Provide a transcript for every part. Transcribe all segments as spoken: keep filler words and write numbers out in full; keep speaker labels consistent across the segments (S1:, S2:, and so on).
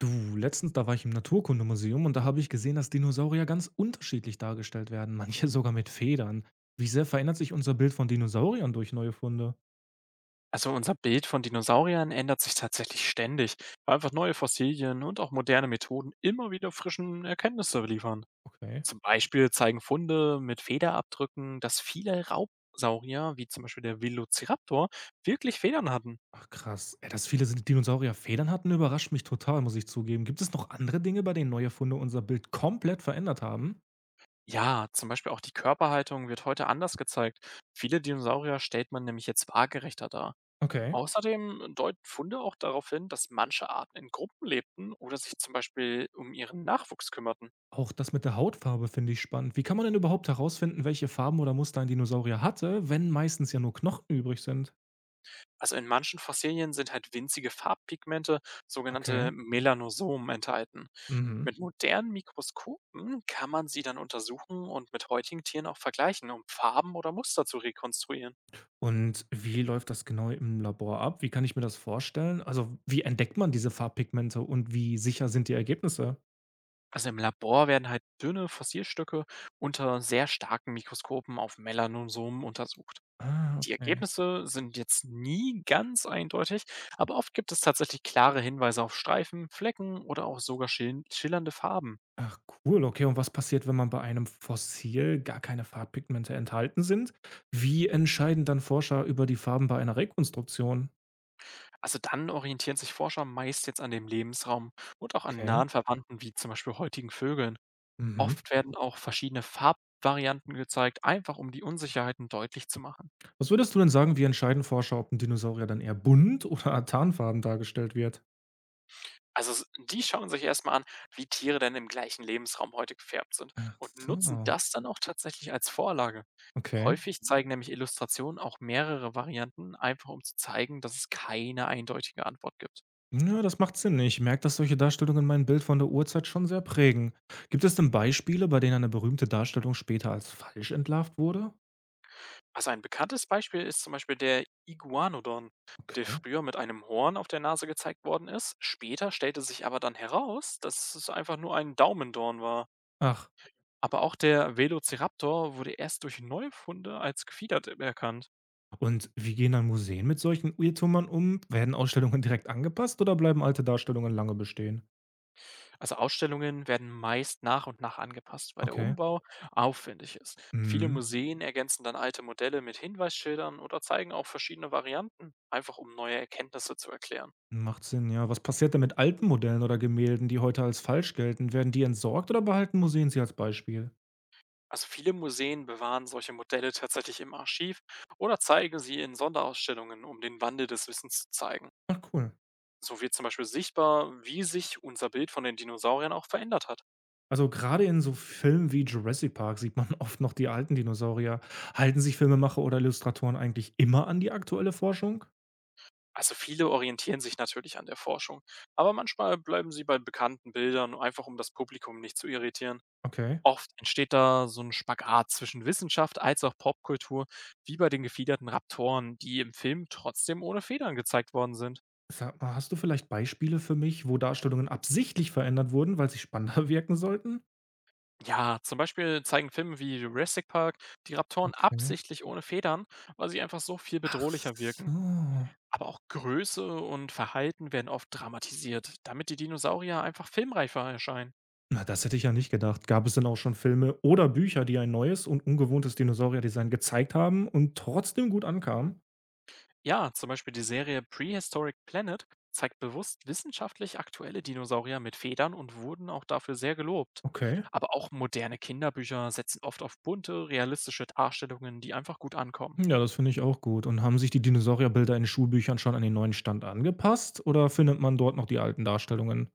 S1: Du, letztens, da war ich im Naturkundemuseum und da habe ich gesehen, dass Dinosaurier ganz unterschiedlich dargestellt werden, manche sogar mit Federn. Wie sehr verändert sich unser Bild von Dinosauriern durch neue Funde?
S2: Also unser Bild von Dinosauriern ändert sich tatsächlich ständig, weil einfach neue Fossilien und auch moderne Methoden immer wieder frischen Erkenntnisse liefern.
S1: Okay.
S2: Zum Beispiel zeigen Funde mit Federabdrücken, dass viele Raubsaurier, wie zum Beispiel der Velociraptor, wirklich Federn hatten.
S1: Ach krass. Ey, dass viele Dinosaurier Federn hatten, überrascht mich total, muss ich zugeben. Gibt es noch andere Dinge, bei denen neue Funde unser Bild komplett verändert haben?
S2: Ja, zum Beispiel auch die Körperhaltung wird heute anders gezeigt. Viele Dinosaurier stellt man nämlich jetzt waagerechter dar.
S1: Okay.
S2: Außerdem deuten Funde auch darauf hin, dass manche Arten in Gruppen lebten oder sich zum Beispiel um ihren Nachwuchs kümmerten.
S1: Auch das mit der Hautfarbe finde ich spannend. Wie kann man denn überhaupt herausfinden, welche Farben oder Muster ein Dinosaurier hatte, wenn meistens ja nur Knochen übrig sind?
S2: Also in manchen Fossilien sind halt winzige Farbpigmente,
S1: Okay.
S2: sogenannte Melanosomen, enthalten.
S1: Mhm.
S2: Mit modernen Mikroskopen kann man sie dann untersuchen und mit heutigen Tieren auch vergleichen, um Farben oder Muster zu rekonstruieren.
S1: Und wie läuft das genau im Labor ab? Wie kann ich mir das vorstellen? Also, wie entdeckt man diese Farbpigmente und wie sicher sind die Ergebnisse?
S2: Also im Labor werden halt dünne Fossilstücke unter sehr starken Mikroskopen auf Melanosomen untersucht.
S1: Ah,
S2: Die
S1: okay.
S2: Ergebnisse sind jetzt nie ganz eindeutig, aber oft gibt es tatsächlich klare Hinweise auf Streifen, Flecken oder auch sogar schil- schillernde Farben.
S1: Ach cool, okay. Und was passiert, wenn man bei einem Fossil gar keine Farbpigmente enthalten sind? Wie entscheiden dann Forscher über die Farben bei einer Rekonstruktion?
S2: Also dann orientieren sich Forscher meist jetzt an dem Lebensraum und auch an
S1: Okay.
S2: nahen Verwandten wie zum Beispiel heutigen Vögeln.
S1: Mhm.
S2: Oft werden auch verschiedene Farbvarianten gezeigt, einfach um die Unsicherheiten deutlich zu machen.
S1: Was würdest du denn sagen, wie entscheiden Forscher, ob ein Dinosaurier dann eher bunt oder tarnfarben dargestellt wird?
S2: Also s- die schauen sich erstmal an, wie Tiere denn im gleichen Lebensraum heute gefärbt sind
S1: Ach
S2: und nutzen
S1: so.
S2: das dann auch tatsächlich als Vorlage.
S1: Okay.
S2: Häufig zeigen nämlich Illustrationen auch mehrere Varianten, einfach um zu zeigen, dass es keine eindeutige Antwort gibt.
S1: Ja, das macht Sinn. Ich merke, dass solche Darstellungen mein Bild von der Urzeit schon sehr prägen. Gibt es denn Beispiele, bei denen eine berühmte Darstellung später als falsch entlarvt wurde?
S2: Also ein bekanntes Beispiel ist zum Beispiel der Iguanodon, der
S1: Okay.
S2: früher mit einem Horn auf der Nase gezeigt worden ist. Später stellte sich aber dann heraus, dass es einfach nur ein Daumendorn war.
S1: Ach,
S2: Aber auch der Velociraptor wurde erst durch Neufunde als gefiedert erkannt.
S1: und wie gehen dann Museen mit solchen Irrtümern um? Werden Ausstellungen direkt angepasst oder bleiben alte Darstellungen lange bestehen?
S2: Also Ausstellungen werden meist nach und nach angepasst, weil der
S1: Okay.
S2: Umbau aufwendig ist. Viele
S1: Mhm.
S2: Museen ergänzen dann alte Modelle mit Hinweisschildern oder zeigen auch verschiedene Varianten, einfach um neue Erkenntnisse zu erklären.
S1: Macht Sinn, ja. Was passiert denn mit alten Modellen oder Gemälden, die heute als falsch gelten? Werden die entsorgt oder behalten Museen sie als Beispiel?
S2: Also viele Museen bewahren solche Modelle tatsächlich im Archiv oder zeigen sie in Sonderausstellungen, um den Wandel des Wissens zu zeigen.
S1: Ach, cool.
S2: So wird zum Beispiel sichtbar, wie sich unser Bild von den Dinosauriern auch verändert hat.
S1: Also, gerade in so Filmen wie Jurassic Park sieht man oft noch die alten Dinosaurier. Halten sich Filmemacher oder Illustratoren eigentlich immer an die aktuelle Forschung?
S2: Also viele orientieren sich natürlich an der Forschung, aber manchmal bleiben sie bei bekannten Bildern, einfach um das Publikum nicht zu irritieren.
S1: Okay.
S2: Oft entsteht da so ein Spagat zwischen Wissenschaft als auch Popkultur, wie bei den gefiederten Raptoren, die im Film trotzdem ohne Federn gezeigt worden sind.
S1: Sag mal, hast du vielleicht Beispiele für mich, wo Darstellungen absichtlich verändert wurden, weil sie spannender wirken sollten?
S2: Ja, zum Beispiel zeigen Filme wie Jurassic Park die Raptoren
S1: Okay.
S2: absichtlich ohne Federn, weil sie einfach so viel
S1: Ach
S2: bedrohlicher
S1: so.
S2: wirken. Aber auch Größe und Verhalten werden oft dramatisiert, damit die Dinosaurier einfach filmreifer erscheinen.
S1: Na, das hätte ich ja nicht gedacht. Gab es denn auch schon Filme oder Bücher, die ein neues und ungewohntes Dinosaurierdesign gezeigt haben und trotzdem gut ankamen?
S2: Ja, zum Beispiel die Serie Prehistoric Planet zeigt bewusst wissenschaftlich aktuelle Dinosaurier mit Federn und wurden auch dafür sehr gelobt.
S1: Okay.
S2: Aber auch moderne Kinderbücher setzen oft auf bunte, realistische Darstellungen, die einfach gut ankommen.
S1: Ja, das finde ich auch gut. Und haben sich die Dinosaurierbilder in Schulbüchern schon an den neuen Stand angepasst oder findet man dort noch die alten Darstellungen?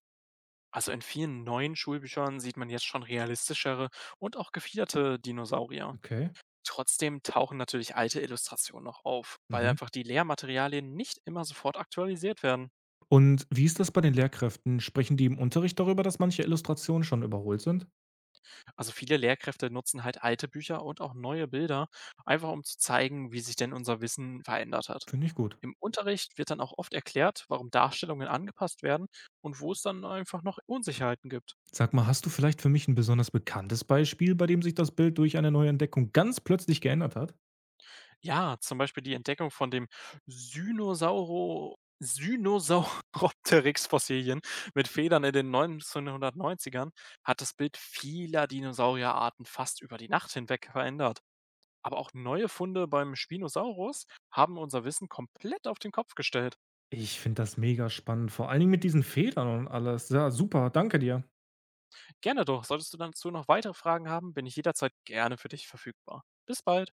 S2: Also in vielen neuen Schulbüchern sieht man jetzt schon realistischere und auch gefiederte Dinosaurier.
S1: Okay.
S2: Trotzdem tauchen natürlich alte Illustrationen noch auf, weil
S1: Mhm.
S2: einfach die Lehrmaterialien nicht immer sofort aktualisiert werden.
S1: Und wie ist das bei den Lehrkräften? Sprechen die im Unterricht darüber, dass manche Illustrationen schon überholt sind?
S2: Also viele Lehrkräfte nutzen halt alte Bücher und auch neue Bilder, einfach um zu zeigen, wie sich denn unser Wissen verändert hat.
S1: Finde ich gut.
S2: Im Unterricht wird dann auch oft erklärt, warum Darstellungen angepasst werden und wo es dann einfach noch Unsicherheiten gibt.
S1: Sag mal, hast du vielleicht für mich ein besonders bekanntes Beispiel, bei dem sich das Bild durch eine neue Entdeckung ganz plötzlich geändert hat?
S2: Ja, zum Beispiel die Entdeckung von dem Synosauro Synosauropteryx-Fossilien mit Federn in den neunzehnhundertneunzigern hat das Bild vieler Dinosaurierarten fast über die Nacht hinweg verändert. Aber auch neue Funde beim Spinosaurus haben unser Wissen komplett auf den Kopf gestellt.
S1: Ich finde das mega spannend, vor allen Dingen mit diesen Federn und alles. Ja, super, danke dir.
S2: Gerne doch. Solltest du dazu noch weitere Fragen haben, bin ich jederzeit gerne für dich verfügbar. Bis bald.